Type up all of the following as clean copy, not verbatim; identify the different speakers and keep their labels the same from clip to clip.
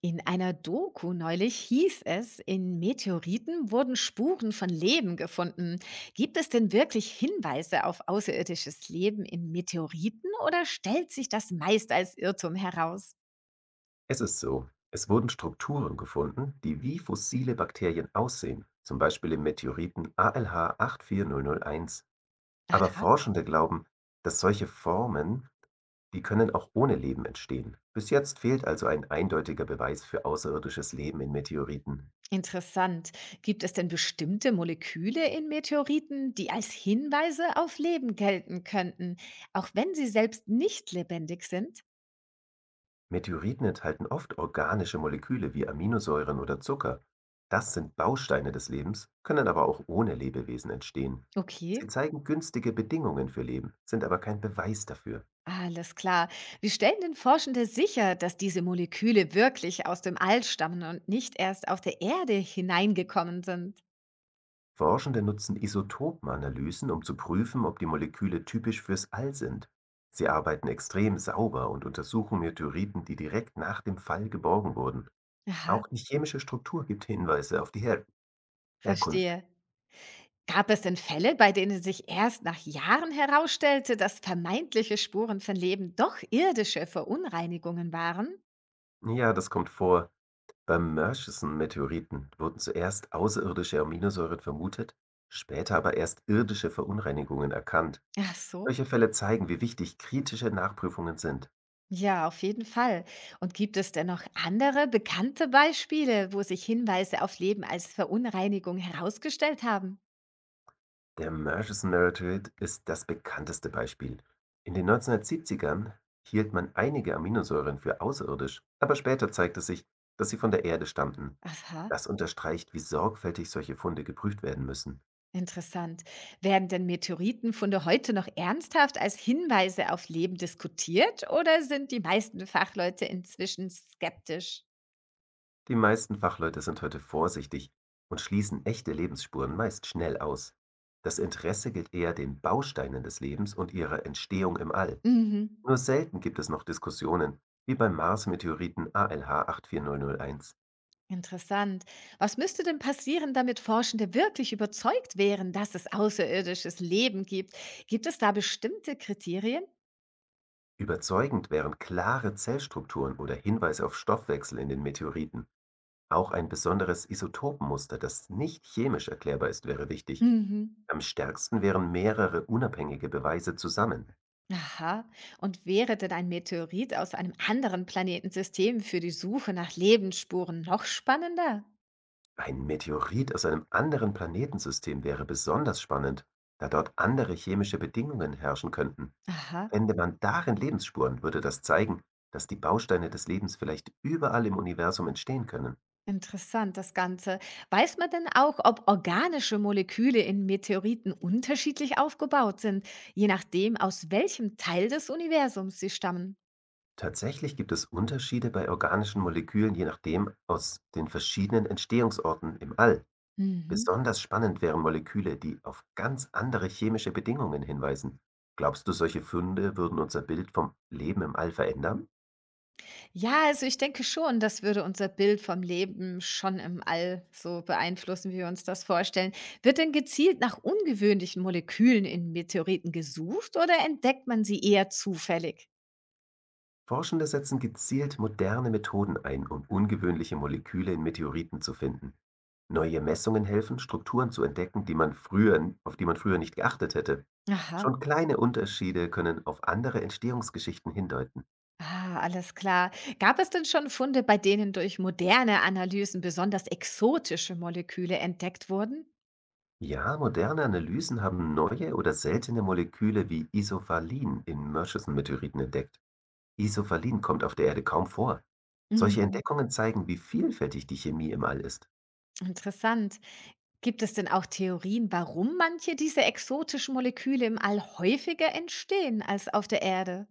Speaker 1: In einer Doku neulich hieß es, in Meteoriten wurden Spuren von Leben gefunden. Gibt es denn wirklich Hinweise auf außerirdisches Leben in Meteoriten oder stellt sich das meist als Irrtum heraus?
Speaker 2: Es ist so, es wurden Strukturen gefunden, die wie fossile Bakterien aussehen, zum Beispiel im Meteoriten ALH 84001. Aber
Speaker 1: Aha,
Speaker 2: Forschende glauben, dass solche Formen, die können auch ohne Leben entstehen. Bis jetzt fehlt also ein eindeutiger Beweis für außerirdisches Leben in Meteoriten.
Speaker 1: interessant. Gibt es denn bestimmte Moleküle in Meteoriten, die als Hinweise auf Leben gelten könnten, auch wenn sie selbst nicht lebendig sind?
Speaker 2: Meteoriten enthalten oft organische Moleküle wie Aminosäuren oder Zucker. Das sind Bausteine des Lebens, können aber auch ohne Lebewesen entstehen. Sie
Speaker 1: Okay.
Speaker 2: zeigen günstige Bedingungen für Leben, sind aber kein Beweis dafür.
Speaker 1: Alles klar. Wie stellen denn Forschende sicher, dass diese Moleküle wirklich aus dem All stammen und nicht erst auf der Erde hineingekommen sind?
Speaker 2: Forschende nutzen Isotopenanalysen, um zu prüfen, ob die Moleküle typisch fürs All sind. Sie arbeiten extrem sauber und untersuchen Meteoriten, die direkt nach dem Fall geborgen wurden.
Speaker 1: Aha,
Speaker 2: Auch die chemische Struktur gibt Hinweise auf die Herkunft.
Speaker 1: verstehe. Gab es denn Fälle, bei denen sich erst nach Jahren herausstellte, dass vermeintliche Spuren von Leben doch irdische Verunreinigungen waren?
Speaker 2: Ja, das kommt vor. Beim Murchison-Meteoriten wurden zuerst außerirdische Aminosäuren vermutet, später aber erst irdische Verunreinigungen erkannt.
Speaker 1: Ach so.
Speaker 2: Solche Fälle zeigen, wie wichtig kritische Nachprüfungen sind.
Speaker 1: Ja, auf jeden Fall. Und gibt es denn noch andere bekannte Beispiele, wo sich Hinweise auf Leben als Verunreinigung herausgestellt haben?
Speaker 2: Der Murchison Miracle ist das bekannteste Beispiel. In den 1970ern hielt man einige Aminosäuren für außerirdisch, aber später zeigte sich, dass sie von der Erde stammten.
Speaker 1: Aha.
Speaker 2: Das unterstreicht, wie sorgfältig solche Funde geprüft werden müssen.
Speaker 1: Interessant. Werden denn Meteoritenfunde heute noch ernsthaft als Hinweise auf Leben diskutiert oder sind die meisten Fachleute inzwischen skeptisch?
Speaker 2: Die meisten Fachleute sind heute vorsichtig und schließen echte Lebensspuren meist schnell aus. Das Interesse gilt eher den Bausteinen des Lebens und ihrer Entstehung im All.
Speaker 1: Mhm.
Speaker 2: Nur selten gibt es noch Diskussionen, wie beim Mars-Meteoriten ALH 84001.
Speaker 1: Interessant. Was müsste denn passieren, damit Forschende wirklich überzeugt wären, dass es außerirdisches Leben gibt? Gibt es da bestimmte Kriterien?
Speaker 2: Überzeugend wären klare Zellstrukturen oder Hinweise auf Stoffwechsel in den Meteoriten. Auch ein besonderes Isotopenmuster, das nicht chemisch erklärbar ist, wäre wichtig.
Speaker 1: Mhm.
Speaker 2: Am stärksten wären mehrere unabhängige Beweise zusammen.
Speaker 1: Aha. Und wäre denn ein Meteorit aus einem anderen Planetensystem für die Suche nach Lebensspuren noch spannender?
Speaker 2: Ein Meteorit aus einem anderen Planetensystem wäre besonders spannend, da dort andere chemische Bedingungen herrschen könnten.
Speaker 1: Aha.
Speaker 2: Fände man darin Lebensspuren, würde das zeigen, dass die Bausteine des Lebens vielleicht überall im Universum entstehen können.
Speaker 1: Interessant, das Ganze. Weiß man denn auch, ob organische Moleküle in Meteoriten unterschiedlich aufgebaut sind, je nachdem, aus welchem Teil des Universums sie stammen?
Speaker 2: Tatsächlich gibt es Unterschiede bei organischen Molekülen, je nachdem aus den verschiedenen Entstehungsorten im All.
Speaker 1: Mhm.
Speaker 2: Besonders spannend wären Moleküle, die auf ganz andere chemische Bedingungen hinweisen. Glaubst du, solche Funde würden unser Bild vom Leben im All verändern?
Speaker 1: Ja, also ich denke schon, das würde unser Bild vom Leben schon im All so beeinflussen, wie wir uns das vorstellen. Wird denn gezielt nach ungewöhnlichen Molekülen in Meteoriten gesucht oder entdeckt man sie eher zufällig?
Speaker 2: Forschende setzen gezielt moderne Methoden ein, um ungewöhnliche Moleküle in Meteoriten zu finden. Neue Messungen helfen, Strukturen zu entdecken, die man früher, auf die man früher nicht geachtet hätte.
Speaker 1: Aha.
Speaker 2: Schon kleine Unterschiede können auf andere Entstehungsgeschichten hindeuten.
Speaker 1: Ah, alles klar. Gab es denn schon Funde, bei denen durch moderne Analysen besonders exotische Moleküle entdeckt wurden?
Speaker 2: Ja, moderne Analysen haben neue oder seltene Moleküle wie Isovalin in Murchison-Meteoriten entdeckt. Isovalin kommt auf der Erde kaum vor. Solche
Speaker 1: Mhm.
Speaker 2: Entdeckungen zeigen, wie vielfältig die Chemie im All ist.
Speaker 1: Interessant. Gibt es denn auch Theorien, warum manche dieser exotischen Moleküle im All häufiger entstehen als auf der Erde?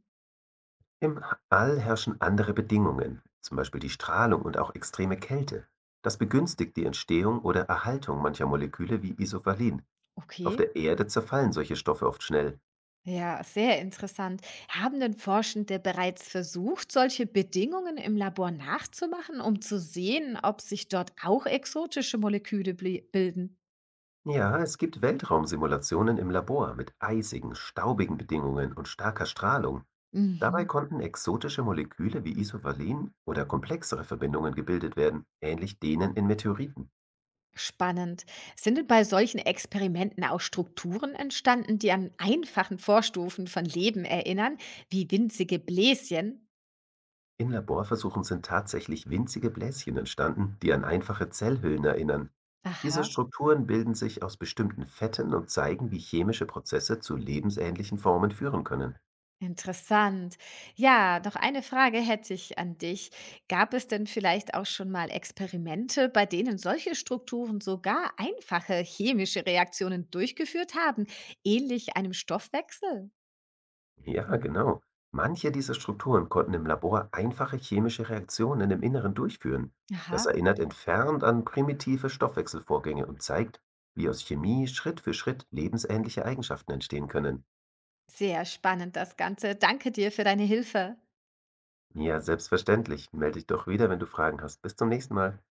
Speaker 2: Im All herrschen andere Bedingungen, zum Beispiel die Strahlung und auch extreme Kälte. Das begünstigt die Entstehung oder Erhaltung mancher Moleküle wie Isovalin. Auf
Speaker 1: Okay.
Speaker 2: der Erde zerfallen solche Stoffe oft schnell.
Speaker 1: Ja, sehr interessant. Haben denn Forschende bereits versucht, solche Bedingungen im Labor nachzumachen, um zu sehen, ob sich dort auch exotische Moleküle bilden?
Speaker 2: Ja, es gibt Weltraumsimulationen im Labor mit eisigen, staubigen Bedingungen und starker Strahlung. Dabei
Speaker 1: Mhm.
Speaker 2: konnten exotische Moleküle wie Isovalin oder komplexere Verbindungen gebildet werden, ähnlich denen in Meteoriten.
Speaker 1: Spannend. Sind denn bei solchen Experimenten auch Strukturen entstanden, die an einfachen Vorstufen von Leben erinnern, wie winzige Bläschen?
Speaker 2: In Laborversuchen sind tatsächlich winzige Bläschen entstanden, die an einfache Zellhüllen erinnern. Diese
Speaker 1: Aha,
Speaker 2: Strukturen bilden sich aus bestimmten Fetten und zeigen, wie chemische Prozesse zu lebensähnlichen Formen führen können.
Speaker 1: interessant. Ja, noch eine Frage hätte ich an dich. Gab es denn vielleicht auch schon mal Experimente, bei denen solche Strukturen sogar einfache chemische Reaktionen durchgeführt haben, ähnlich einem Stoffwechsel?
Speaker 2: Ja, genau. Manche dieser Strukturen konnten im Labor einfache chemische Reaktionen im Inneren durchführen. Das
Speaker 1: Aha,
Speaker 2: erinnert entfernt an primitive Stoffwechselvorgänge und zeigt, wie aus Chemie Schritt für Schritt lebensähnliche Eigenschaften entstehen können.
Speaker 1: sehr spannend das Ganze. Danke dir für deine Hilfe.
Speaker 2: Ja, selbstverständlich. Melde dich doch wieder, wenn du Fragen hast. Bis zum nächsten Mal.